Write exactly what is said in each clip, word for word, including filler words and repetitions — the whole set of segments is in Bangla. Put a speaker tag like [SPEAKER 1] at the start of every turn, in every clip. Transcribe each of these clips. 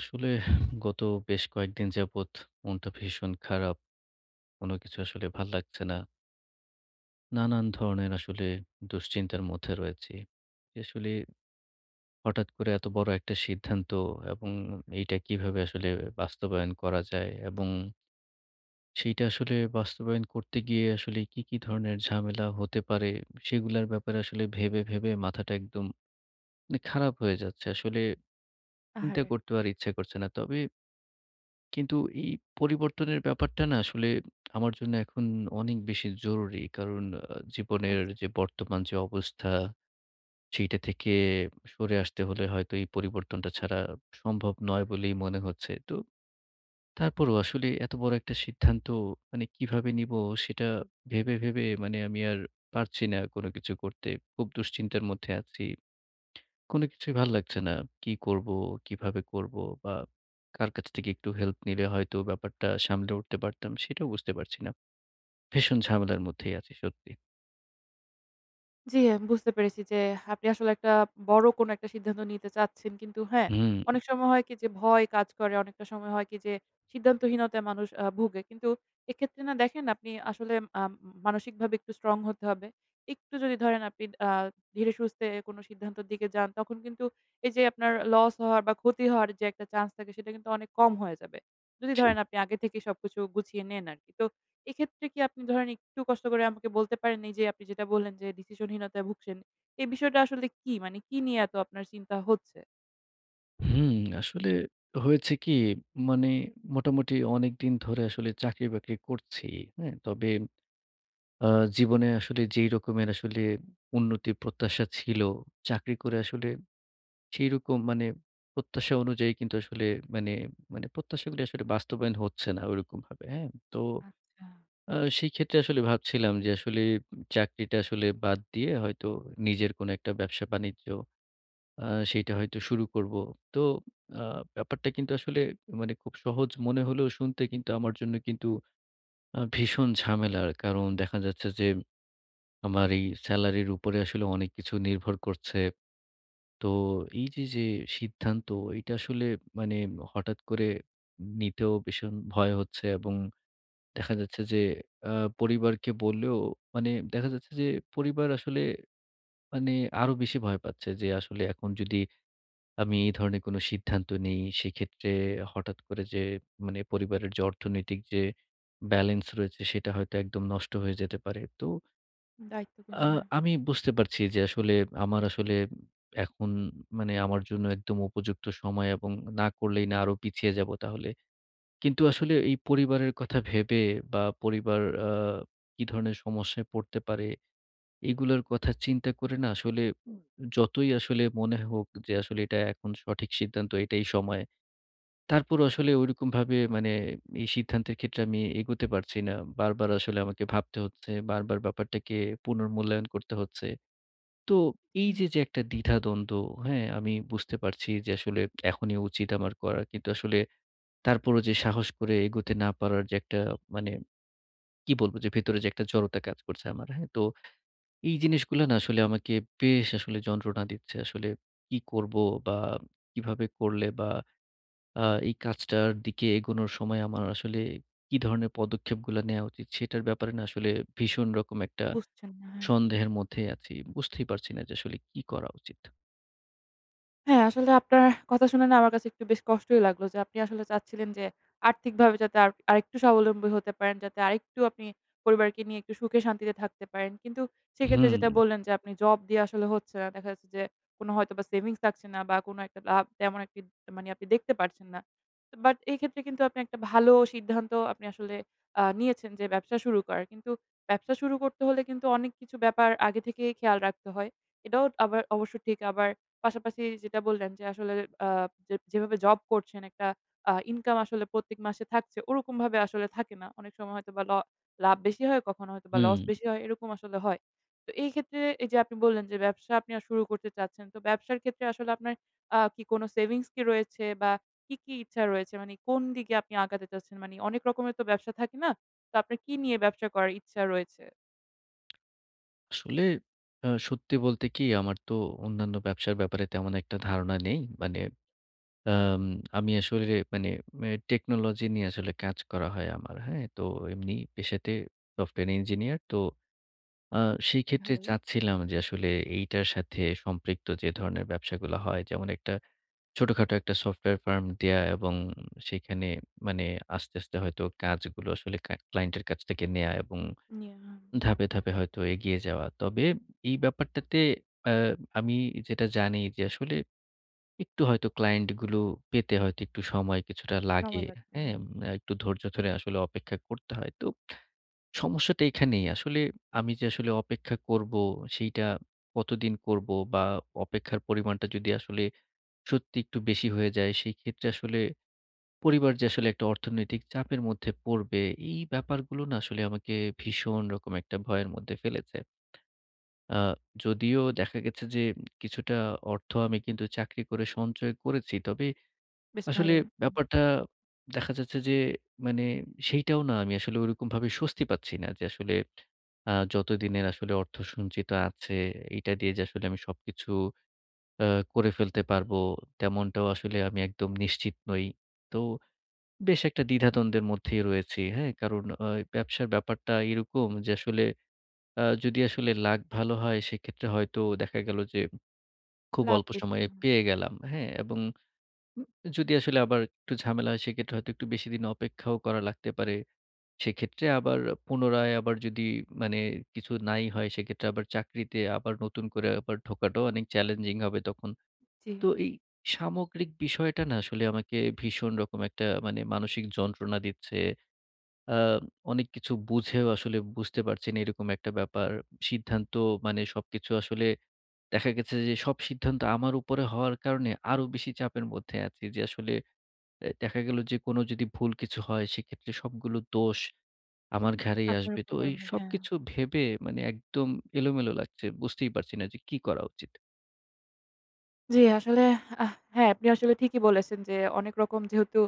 [SPEAKER 1] আসলে গত বেশ কয়েকদিন যাবৎ মনটা ভীষণ খারাপ। কোনো কিছু আসলে ভাল লাগছে না। নানান ধরনের আসলে দুশ্চিন্তার মধ্যে রয়েছি। আসলে হঠাৎ করে এত বড় একটা সিদ্ধান্ত, এবং এইটা কিভাবে আসলে বাস্তবায়ন করা যায়, এবং সেইটা আসলে বাস্তবায়ন করতে গিয়ে আসলে কি, কি ধরনের ঝামেলা হতে পারে সেগুলার ব্যাপারে আসলে ভেবে, ভেবে মাথাটা একদম মানে খারাপ হয়ে যাচ্ছে। আসলে চিন্তা
[SPEAKER 2] আহারে!
[SPEAKER 1] করতেও আর ইচ্ছা করছে না। তবে কিন্তু এই পরিবর্তনের ব্যাপারটা না আসলে আমার জন্য এখন অনেক বেশি জরুরি। কারণ আ জীবনের
[SPEAKER 2] আচ্ছা।
[SPEAKER 1] যে বর্তমান যে অবস্থা, সেইটা থেকে সরে আসতে হলে হয়তো এই পরিবর্তনটা ছাড়া সম্ভব নয় বলেই মনে হচ্ছে। তো তারপরও আসলে এত বড় একটা সিদ্ধান্ত মানে কিভাবে নিবো সেটা ভেবে, ভেবে মানে আমি আর পারছি না কোনো কিছু করতে। খুব দুশ্চিন্তার মধ্যে আছি। কোনো কিছুই ভাল লাগছে না। কি করব? কিভাবে করব? বা কার কাছ থেকে একটু হেল্প নিলে হয়তো ব্যাপারটা সামলে উঠতে পারতাম, সেটাও বুঝতে পারছি না। ভীষণ ঝামেলার মধ্যেই আছি সত্যি।
[SPEAKER 2] জি, আমি বুঝতে পেরেছি যে আপনি আসলে একটা বড় কোনো একটা সিদ্ধান্ত নিতে চাচ্ছেন। কিন্তু হ্যাঁ,
[SPEAKER 1] হুম,
[SPEAKER 2] অনেক সময় হয় কি যে ভয় কাজ করে, অনেকটা সময় হয় কি যে সিদ্ধান্তহীনতায় মানুষ আ ভোগে। কিন্তু এক্ষেত্রে না দেখেন আপনি আসলে আম মানসিকভাবে একটু স্ট্রং হতে হবে। একটু যদি ধরেন আপনি আ ধীরে সুস্থে কোনো সিদ্ধান্তের দিকে যান, তখন কিন্তু এই যে আপনার লস হওয়ার বা ক্ষতি হওয়ার যে একটা চান্স থাকে সেটা কিন্তু অনেক কম হয়ে যাবে। যদি
[SPEAKER 1] জি।
[SPEAKER 2] ধরেন আপনি আগে থেকেই সবকিছু গুছিয়ে নেন আরকি। তো এক্ষেত্রে কি আপনি ধরেন একটু কষ্ট করে আমাকে বলতে পারেন এই যে আপনি যেটা বললেন যে ডিসিশনহীনতায় ভুগছেন, এই বিষয়টা আসলে কি? মানে কি নিয়ে এত আপনার চিন্তা হচ্ছে?
[SPEAKER 1] হুম, আসলে হয়েছে কি, মানে মোটামুটি অনেকদিন ধরে আসলে চাকরি-বাকরি করছি, হ্যাঁ? তবে আ জীবনে আসলে যেই রকমের আসলে উন্নতির প্রত্যাশা ছিল, চাকরি করে আসলে সেইরকম মানে প্রত্যাশা অনুযায়ী কিন্তু আসলে মানে, মানে প্রত্যাশাগুলি আসলে বাস্তবায়ন হচ্ছে না ওরকমভাবে, হ্যাঁ? তো
[SPEAKER 2] আচ্ছা।
[SPEAKER 1] আ সেই ক্ষেত্রে আসলে ভাবছিলাম যে আসলে চাকরিটা আসলে বাদ দিয়ে হয়তো নিজের কোনো একটা ব্যবসা-বাণিজ্য, আ সেইটা হয়তো শুরু করব। তো আ ব্যাপারটা কিন্তু আসলে মানে খুব সহজ মনে হলেও শুনতে কিন্তু আমার জন্য কিন্তু আ ভীষণ ঝামেলার। কারণ দেখা যাচ্ছে যে আমার এই সেলারির উপরে আসলে অনেক কিছু নির্ভর করছে। তো এই যে, যে সিদ্ধান্ত, এটা আসলে মানে হঠাৎ করে নিতেও ভীষণ ভয় হচ্ছে, এবং দেখা যাচ্ছে যে আ পরিবারকে বললেও মানে দেখা যাচ্ছে যে পরিবার আসলে মানে আরো বেশি ভয় পাচ্ছে যে আসলে এখন যদি আমি এই ধরনের কোনো সিদ্ধান্ত নেই সেক্ষেত্রে হঠাৎ করে যে মানে পরিবারের যে অর্থনৈতিক যে ব্যালেন্স রয়েছে সেটা হয়তো একদম নষ্ট হয়ে যেতে পারে। তো
[SPEAKER 2] দায়িত্বগুলো
[SPEAKER 1] আ
[SPEAKER 2] হ্যাঁ।
[SPEAKER 1] আমি বুঝতে পারছি যে আসলে আমার আসলে এখন মানে আমার জন্য একদম উপযুক্ত সময়, এবং না করলেই না আরো পিছিয়ে যাব তাহলে। কিন্তু আসলে এই পরিবারের কথা ভেবে বা পরিবার আ কি ধরনের সমস্যায় পড়তে পারে এগুলোর কথা চিন্তা করে না আসলে যতই আসলে মনে হোক যে আসলে এটা এখন সঠিক সিদ্ধান্ত, এটাই সময়। তারপরও আসলে ঐরকমভাবে মানে এই সিদ্ধান্তের ক্ষেত্রে আমি এগোতে পারছি না। বারবার আসলে আমাকে ভাবতে হচ্ছে, বারবার ব্যাপারটাকে পুনর্মূল্যায়ন করতে হচ্ছে। তো এই যে,
[SPEAKER 2] হ্যাঁ।
[SPEAKER 1] যে একটা দ্বিধাদ্বন্দ্ব, হ্যাঁ? আমি বুঝতে পারছি যে আসলে এখনই উচিত আমার করা। কিন্তু আসলে তারপরও যে সাহস করে এগোতে না পারার যে একটা মানে কি বলব? যে ভেতরে যে একটা জড়তা কাজ করছে আমার, হ্যাঁ? তো এই জিনিসগুলা না আসলে আমাকে বেশ আসলে যন্ত্রণা দিচ্ছে। আসলে কি করব? বা কিভাবে করলে বা আ এই কাজটার দিকে এগোনোর সময় আমার আসলে কি ধরনের পদক্ষেপগুলা নেয়া উচিত? সেটার ব্যাপারে না আসলে ভীষণ রকম একটা
[SPEAKER 2] বুঝছেন না, হ্যাঁ।
[SPEAKER 1] সন্দেহের মধ্যেই আছি। বুঝতেই পারছি না যে আসলে কি করা উচিত?
[SPEAKER 2] হ্যাঁ, আসলে আপনার কথা শুনে না আমার কাছে একটু বেশ কষ্টই লাগলো যে আপনি আসলে চাচ্ছিলেন যে আর্থিকভাবে যাতে আর আরেকটু স্বাবলম্বী হতে পারেন, যাতে আরেকটু আপনি পরিবারকে নিয়ে একটু সুখে শান্তিতে থাকতে পারেন। কিন্তু সেক্ষেত্রে
[SPEAKER 1] হুম,
[SPEAKER 2] যেটা বললেন যে আপনি জব দিয়ে আসলে হচ্ছে না। দেখা যাচ্ছে যে কোনো হয়তোবা সেভিংস থাকছে না বা কোনো একটা লাভ তেমন একটি মানে আপনি দেখতে পারছেন না। বাট এই ক্ষেত্রে কিন্তু আপনি একটা ভালো সিদ্ধান্ত আপনি আসলে আ নিয়েছেন যে ব্যবসা শুরু করার। কিন্তু ব্যবসা শুরু করতে হলে কিন্তু অনেক কিছু ব্যাপার আগে থেকেই খেয়াল রাখতে হয়। এটাও আবার অবশ্য ঠিক। আবার পাশাপাশি যেটা বললেন যে আসলে আ যে যেভাবে জব করছেন একটা আ ইনকাম আসলে প্রত্যেক মাসে থাকছে, ওরকমভাবে আসলে থাকে না। অনেক সময় হয়তোবা ল লাভ বেশি হয়, কখনো হয়তোবা
[SPEAKER 1] হুম।
[SPEAKER 2] লস বেশি হয়, এরকম আসলে হয়। তো এই ক্ষেত্রে এই যে আপনি বললেন যে ব্যবসা আপনি আ শুরু করতে চাচ্ছেন। তো ব্যবসার ক্ষেত্রে আসলে আপনার আ কি কোনো সেভিংস কি রয়েছে বা কি, কি ইচ্ছা রয়েছে? মানে কোন দিকে আপনি আগাতে চাচ্ছেন? মানে অনেক রকমের তো ব্যবসা থাকে না? তো আপনার কি নিয়ে ব্যবসা করার ইচ্ছা রয়েছে?
[SPEAKER 1] আসলে আ সত্যি বলতে কি আমার তো অন্যান্য ব্যবসার ব্যাপারে তেমন একটা ধারণা নেই। মানে আম আমি আসলে মানে এ টেকনোলজি নিয়ে আসলে কাজ করা হয় আমার। হ্যাঁ? তো এমনি পেশাতে সফটওয়্যার ইঞ্জিনিয়ার। তো আ সেই ক্ষেত্রে
[SPEAKER 2] ভালোই।
[SPEAKER 1] চাচ্ছিলাম যে আসলে এইটার সাথে সম্পৃক্ত যে ধরনের ব্যবসাগুলো হয়, যেমন একটা ছোটখাটো একটা সফটওয়্যার ফার্ম দেয়া, এবং সেখানে মানে আস্তে, আস্তে হয়তো কাজগুলো আসলে কা ক্লায়েন্টের কাছ থেকে নেয়া, এবং
[SPEAKER 2] নিয়ে হ্যাঁ।
[SPEAKER 1] ধাপে, ধাপে হয়তো এগিয়ে যাওয়া। তবে এই ব্যাপারটাতে আ আমি যেটা জানি যে আসলে একটু হয়তো ক্লায়েন্ট গুলো পেতে হয়তো একটু সময় কিছুটা লাগে।
[SPEAKER 2] সময় লাগবে,
[SPEAKER 1] হ্যাঁ?
[SPEAKER 2] হ্যাঁ।
[SPEAKER 1] আ একটু ধৈর্য ধরে আসলে অপেক্ষা করতে হয়। তো সমস্যাটা এখানেই। আসলে আমি যে আসলে অপেক্ষা করব সেইটা কতদিন করব, বা অপেক্ষার পরিমাণটা যদি আসলে সত্যি একটু বেশি হয়ে যায় সেই ক্ষেত্রে আসলে পরিবার যে আসলে একটা অর্থনৈতিক চাপের মধ্যে পড়বে, এই ব্যাপারগুলো না আসলে আমাকে ভীষণ রকম একটা ভয়ের মধ্যে ফেলেছে। আ যদিও দেখা গেছে যে কিছুটা অর্থ আমি কিন্তু চাকরি করে সঞ্চয় করেছি। তবে
[SPEAKER 2] বেশ
[SPEAKER 1] আসলে
[SPEAKER 2] ভালোই। হুম।
[SPEAKER 1] ব্যাপারটা দেখা যাচ্ছে যে মানে সেইটাও না আমি আসলে ওরকমভাবে স্বস্তি পাচ্ছি না যে আসলে আ যতদিনের আসলে অর্থ সঞ্চিত আছে এইটা দিয়ে যে আসলে আমি সবকিছু আ করে ফেলতে পারবো তেমনটাও আসলে আমি একদম নিশ্চিত নই। তো বেশ একটা দ্বিধাদ্বন্দ্বের মধ্যেই রয়েছি। হ্যাঁ? কারণ আ ব্যবসার ব্যাপারটা এরকম যে আসলে আ যদি আসলে লাক ভালো হয় সেক্ষেত্রে হয়তো দেখা গেল যে খুব
[SPEAKER 2] লাভ
[SPEAKER 1] অল্প
[SPEAKER 2] বেশি।
[SPEAKER 1] সময়ে
[SPEAKER 2] হুম।
[SPEAKER 1] পেয়ে গেলাম। হ্যাঁ? এবং উম যদি আসলে আবার একটু ঝামেলা হয় সেক্ষেত্রে হয়তো একটু বেশি দিন অপেক্ষাও করা লাগতে পারে। সেক্ষেত্রে আবার পুনরায় আবার যদি মানে কিছু নাই হয় সেক্ষেত্রে আবার চাকরিতে আবার নতুন করে আবার ঢোকাটাও অনেক চ্যালেঞ্জিং হবে তখন।
[SPEAKER 2] জি।
[SPEAKER 1] তো এই সামগ্রিক বিষয়টা না আসলে আমাকে ভীষণ রকম একটা মানে মানসিক যন্ত্রণা দিচ্ছে। আ অনেক কিছু বুঝেও আসলে বুঝতে পারছি না, এরকম একটা ব্যাপার। সিদ্ধান্ত মানে সবকিছু আসলে দেখা গেছে যে সব সিদ্ধান্ত আমার উপরে হওয়ার কারণে আরো বেশি চাপের মধ্যে আছি যে আসলে এ দেখা গেল যে কোনো যদি ভুল কিছু হয় সেক্ষেত্রে সবগুলো দোষ আমার ঘাড়েই
[SPEAKER 2] আপনার
[SPEAKER 1] আসবে।
[SPEAKER 2] উপর
[SPEAKER 1] তো এই
[SPEAKER 2] পড়বে, হ্যাঁ।
[SPEAKER 1] সবকিছু ভেবে মানে একদম এলোমেলো লাগছে। বুঝতেই পারছি না যে কি করা উচিত?
[SPEAKER 2] জি, আসলে আহ হ্যাঁ, আপনি আসলে ঠিকই বলেছেন যে অনেক রকম যেহেতু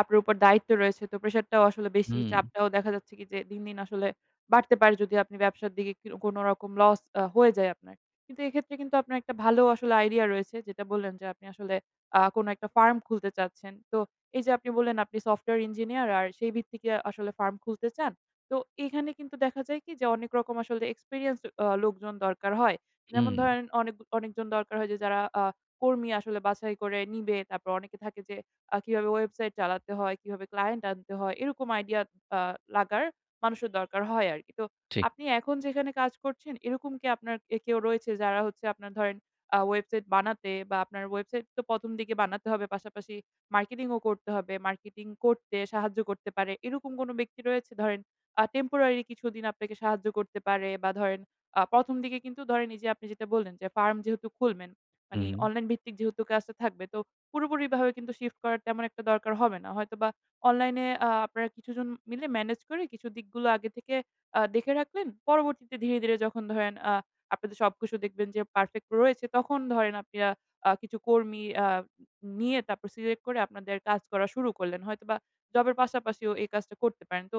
[SPEAKER 2] আপনার উপর দায়িত্ব রয়েছে তো প্রেশারটাও আসলে বেশি।
[SPEAKER 1] হুম,
[SPEAKER 2] চাপটাও দেখা যাচ্ছে কি যে দিন, দিন আসলে বাড়তে পারে যদি আপনি ব্যবসার দিকে কি কোনো রকম লস আ হয়ে যায় আপনার। কিন্তু এক্ষেত্রে কিন্তু আপনার একটা ভালো আসলে আইডিয়া রয়েছে যেটা বললেন যে আপনি আসলে আ কোনো একটা ফার্ম খুলতে চাচ্ছেন। তো এই যে আপনি বললেন আপনি সফটওয়্যার ইঞ্জিনিয়ার আর সেই ভিত্তিকে আসলে ফার্ম খুলতে চান। তো এখানে কিন্তু দেখা যায় কি যে অনেক রকম আসলে এক্সপেরিয়েন্সড আ লোকজন দরকার হয়। যেমন
[SPEAKER 1] হুম,
[SPEAKER 2] ধরেন অনেক অনেকজন দরকার হয় যে যারা আ কর্মী আসলে বাছাই করে নিবে। তারপর অনেকে থাকে যে আ কিভাবে ওয়েবসাইট চালাতে হয়, কিভাবে ক্লায়েন্ট আনতে হয়, এরকম আইডিয়া আ লাগার মানুষের দরকার হয় আরকি। তো
[SPEAKER 1] ঠিক।
[SPEAKER 2] আপনি এখন যেখানে কাজ করছেন এরকম কি আপনার এ কেউ রয়েছে যারা হচ্ছে আপনার ধরেন আ ওয়েবসাইট বানাতে বা আপনার ওয়েবসাইট তো প্রথম দিকে বানাতে হবে, পাশাপাশি মার্কেটিং ও করতে হবে। মার্কেটিং করতে সাহায্য করতে পারে। এরকম কোন ব্যক্তি রয়েছে? ধরেন আ টেম্পোরারি কিছুদিন আপনাকে সাহায্য করতে পারে বা ধরেন আ প্রথম দিকে কিন্তু ধরেন এই যে আপনি যেটা বললেন যে ফার্ম যেহেতু খুলবেন মানি
[SPEAKER 1] হুম,
[SPEAKER 2] অনলাইন ভিত্তিক যেহেতু কাজটা থাকবে তো পুরোপুরিভাবে কিন্তু শিফট করার তেমন একটা দরকার হবে না। হয়তোবা অনলাইনে আ আপনারা কিছুজন মিলে ম্যানেজ করে কিছু দিকগুলো আগে থেকে আ দেখে রাখলেন। পরবর্তীতে ধীরে, ধীরে যখন ধরেন আ আপনাদের সবকিছু দেখবেন যে পারফেক্ট রয়েছে তখন ধরেন আপনারা আ কিছু কর্মী আ নিয়ে তারপর সিলেক্ট করে আপনাদের কাজ করা শুরু করলেন। হয়তোবা জবের পাশাপাশিও এই কাজটা করতে পারেন। তো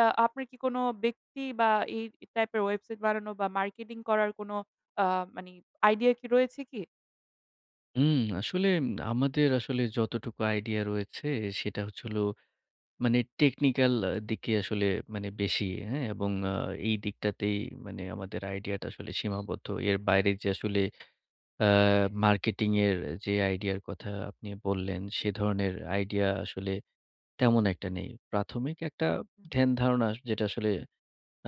[SPEAKER 2] আ আপনার কি কোনো ব্যক্তি বা এই টাইপের ওয়েবসাইট বানানো বা মার্কেটিং করার কোনো আ মানি আইডিয়া কি রয়েছে কি?
[SPEAKER 1] হুম, আসলে আমাদের আসলে যতটুকু আইডিয়া রয়েছে সেটা হচ্ছে হলো মানে টেকনিক্যাল আ দিকে আসলে মানে বেশি, হ্যাঁ? এবং আ এই দিকটাতেই মানে আমাদের আইডিয়াটা আসলে সীমাবদ্ধ। এর বাইরে যে আসলে আ মার্কেটিং এর যে আইডিয়ার কথা আপনি বললেন, সে ধরনের আইডিয়া আসলে তেমন একটা নেই। প্রাথমিক একটা
[SPEAKER 2] হুম,
[SPEAKER 1] ধ্যান-ধারণা যেটা আসলে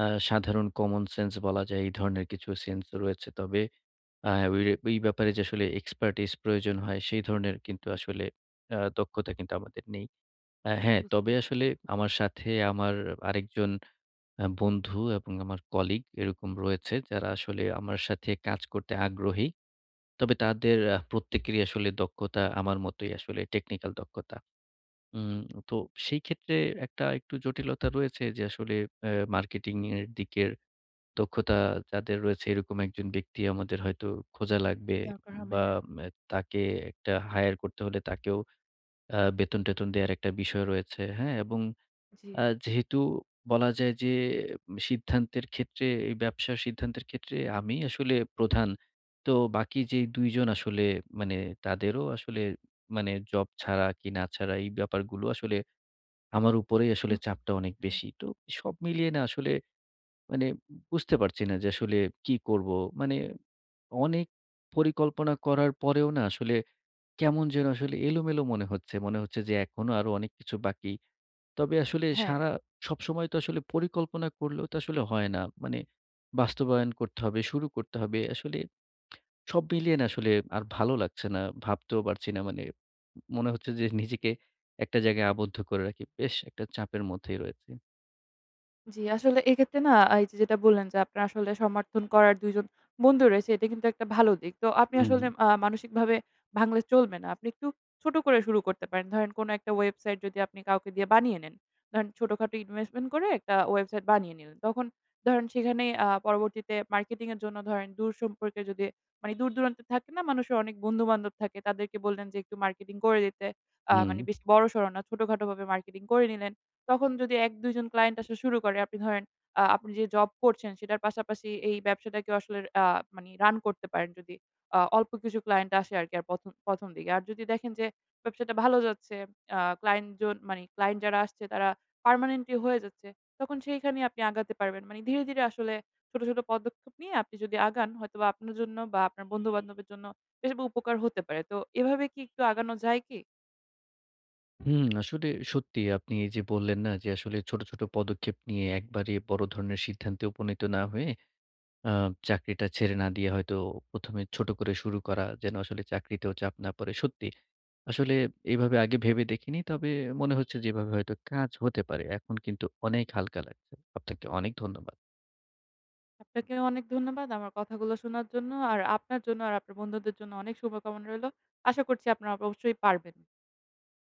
[SPEAKER 1] আ সাধারণ কমন সেন্স বলা যায়, এই ধরনের কিছু সেন্স রয়েছে। তবে আ ওই রে ওই ব্যাপারে যে আসলে এক্সপার্টিস প্রয়োজন হয়, সেই ধরনের কিন্তু আসলে আ দক্ষতা কিন্তু আমাদের নেই। আ হ্যাঁ,
[SPEAKER 2] বুঝতে
[SPEAKER 1] তবে
[SPEAKER 2] পেরেছি।
[SPEAKER 1] আসলে আমার সাথে আমার আরেকজন আ বন্ধু এবং আমার কলিগ এরকম রয়েছে যারা আসলে আমার সাথে কাজ করতে আগ্রহী। তবে তাদের আ প্রত্যেকেরই আসলে দক্ষতা আমার মতোই আসলে টেকনিক্যাল দক্ষতা। উম তো সেই ক্ষেত্রে একটা একটু জটিলতা রয়েছে যে আসলে অ্যা মার্কেটিং এর দিকের দক্ষতা যাদের রয়েছে এরকম একজন ব্যক্তি আমাদের হয়তো খোঁজা লাগবে,
[SPEAKER 2] দরকার হবে
[SPEAKER 1] বা
[SPEAKER 2] হ্যাঁ।
[SPEAKER 1] ম্যা তাকে একটা হায়ার করতে হলে তাকেও আ বেতন-টেতন দেয়ার একটা বিষয় রয়েছে, হ্যাঁ? এবং
[SPEAKER 2] জি,
[SPEAKER 1] আ যেহেতু বলা যায় যে উম, সিদ্ধান্তের ক্ষেত্রে এই ব্যবসার সিদ্ধান্তের ক্ষেত্রে আমি আসলে প্রধান। তো বাকি যে দুই জন আসলে মানে তাদেরও আসলে মানে জব ছাড়া কি না ছাড়া এই ব্যাপারগুলো আসলে আমার উপরেই আসলে
[SPEAKER 2] চিন্তা
[SPEAKER 1] চাপটা অনেক
[SPEAKER 2] হ্যাঁ,
[SPEAKER 1] বেশি। তো সব মিলিয়ে না আসলে মানে বুঝতে পারছি না যে আসলে কি করব? মানে অনেক পরিকল্পনা করার পরেও না আসলে কেমন যেন আসলে এলোমেলো মনে হচ্ছে। মনে হচ্ছে যে এখনো আরো অনেক কিছু বাকি। তবে আসলে
[SPEAKER 2] হ্যাঁ,
[SPEAKER 1] সারা সবসময় তো আসলে পরিকল্পনা করলেও তো আসলে হয় না। মানে বাস্তবায়ন করতে হবে, শুরু করতে হবে। আসলে সব মিলিয়ে না আসলে আর ভালো লাগছে না। ভাবতেও পারছি না। মানে মনে হচ্ছে যে নিজেকে একটা জায়গায় আবদ্ধ করে রাখি। বেশ একটা চাপের মধ্যেই রয়েছি।
[SPEAKER 2] জি, আসলে এক্ষেত্রে না এই যে যেটা বললেন যে আপনার আসলে সমর্থন করার দুই জন বন্ধু রয়েছে এটা কিন্তু একটা ভালো দিক। তো আপনি
[SPEAKER 1] হুম,
[SPEAKER 2] আসলে আ মানসিকভাবে ভাঙলে চলবে না। আপনি একটু ছোট করে শুরু করতে পারেন। ধরেন কোনো একটা ওয়েবসাইট যদি আপনি কাউকে দিয়ে বানিয়ে নেন। ধরেন ছোটখাটো ইনভেস্টমেন্ট করে একটা ওয়েবসাইট বানিয়ে নিলেন। তখন ধরেন সেখানে আ পরবর্তীতে মার্কেটিং এর জন্য ধরেন দূর সম্পর্কে যদি মানে দূর-দূরান্তে থাকে না মানুষের অনেক বন্ধু-বান্ধব থাকে। তাদেরকে বললেন যে একটু মার্কেটিং করে দিতে। আ
[SPEAKER 1] হুম,
[SPEAKER 2] মানে বেশি বড়সড় না ছোটখাটোভাবে মার্কেটিং করে নিলেন। তখন যদি এক দুই জন ক্লায়েন্ট আসা শুরু করে, আপনি ধরেন আ আপনি যে জব করছেন সেটার পাশাপাশি এই ব্যবসাটাকেও আসলে আ মানি রান করতে পারেন যদি আ অল্প কিছু ক্লায়েন্ট আসে আরকি আর প্রথম প্রথম দিকে। আর যদি দেখেন যে ব্যবসাটা ভালো যাচ্ছে, আ ক্লায়েন্ট জন মানি ক্লায়েন্ট যারা আসছে তারা পার্মানেন্টলি হয়ে যাচ্ছে, তখন সেইখানেই আপনি আগাতে পারবেন। মানে ধীরে, ধীরে আসলে ছোট, ছোট পদক্ষেপ নিয়ে আপনি যদি আগান হয়তোবা আপনার জন্য বা আপনার বন্ধু-বান্ধবের জন্য বেশ উপকার হতে পারে। তো এভাবে কি একটু আগানো যায় কি?
[SPEAKER 1] হুম। আসলে সত্যি আপনি এই যে বললেন না যে আসলে ছোট, ছোট পদক্ষেপ নিয়ে একবারে বড় ধরনের সিদ্ধান্তে উপনীত না হয়ে আ চাকরিটা ছেড়ে না দিয়ে হয়তো ১ম এ ছোট করে শুরু করা যেন আসলে চাকরিতেও চাপ না পড়ে। সত্যি আসলে এভাবে আগে ভেবে দেখিনি। তবে মনে হচ্ছে যে এভাবে হয়তো কাজ হতে পারে। এখন কিন্তু অনেক হালকা লাগছে। আপনাকে অনেক ধন্যবাদ।
[SPEAKER 2] আপনাকেও অনেক ধন্যবাদ আমার কথাগুলো শোনার জন্য। আর আপনার জন্য আর আপনার বন্ধুদের জন্য অনেক শুভকামনা রইলো। আশা করছি আপনারা অবশ্যই পারবেন।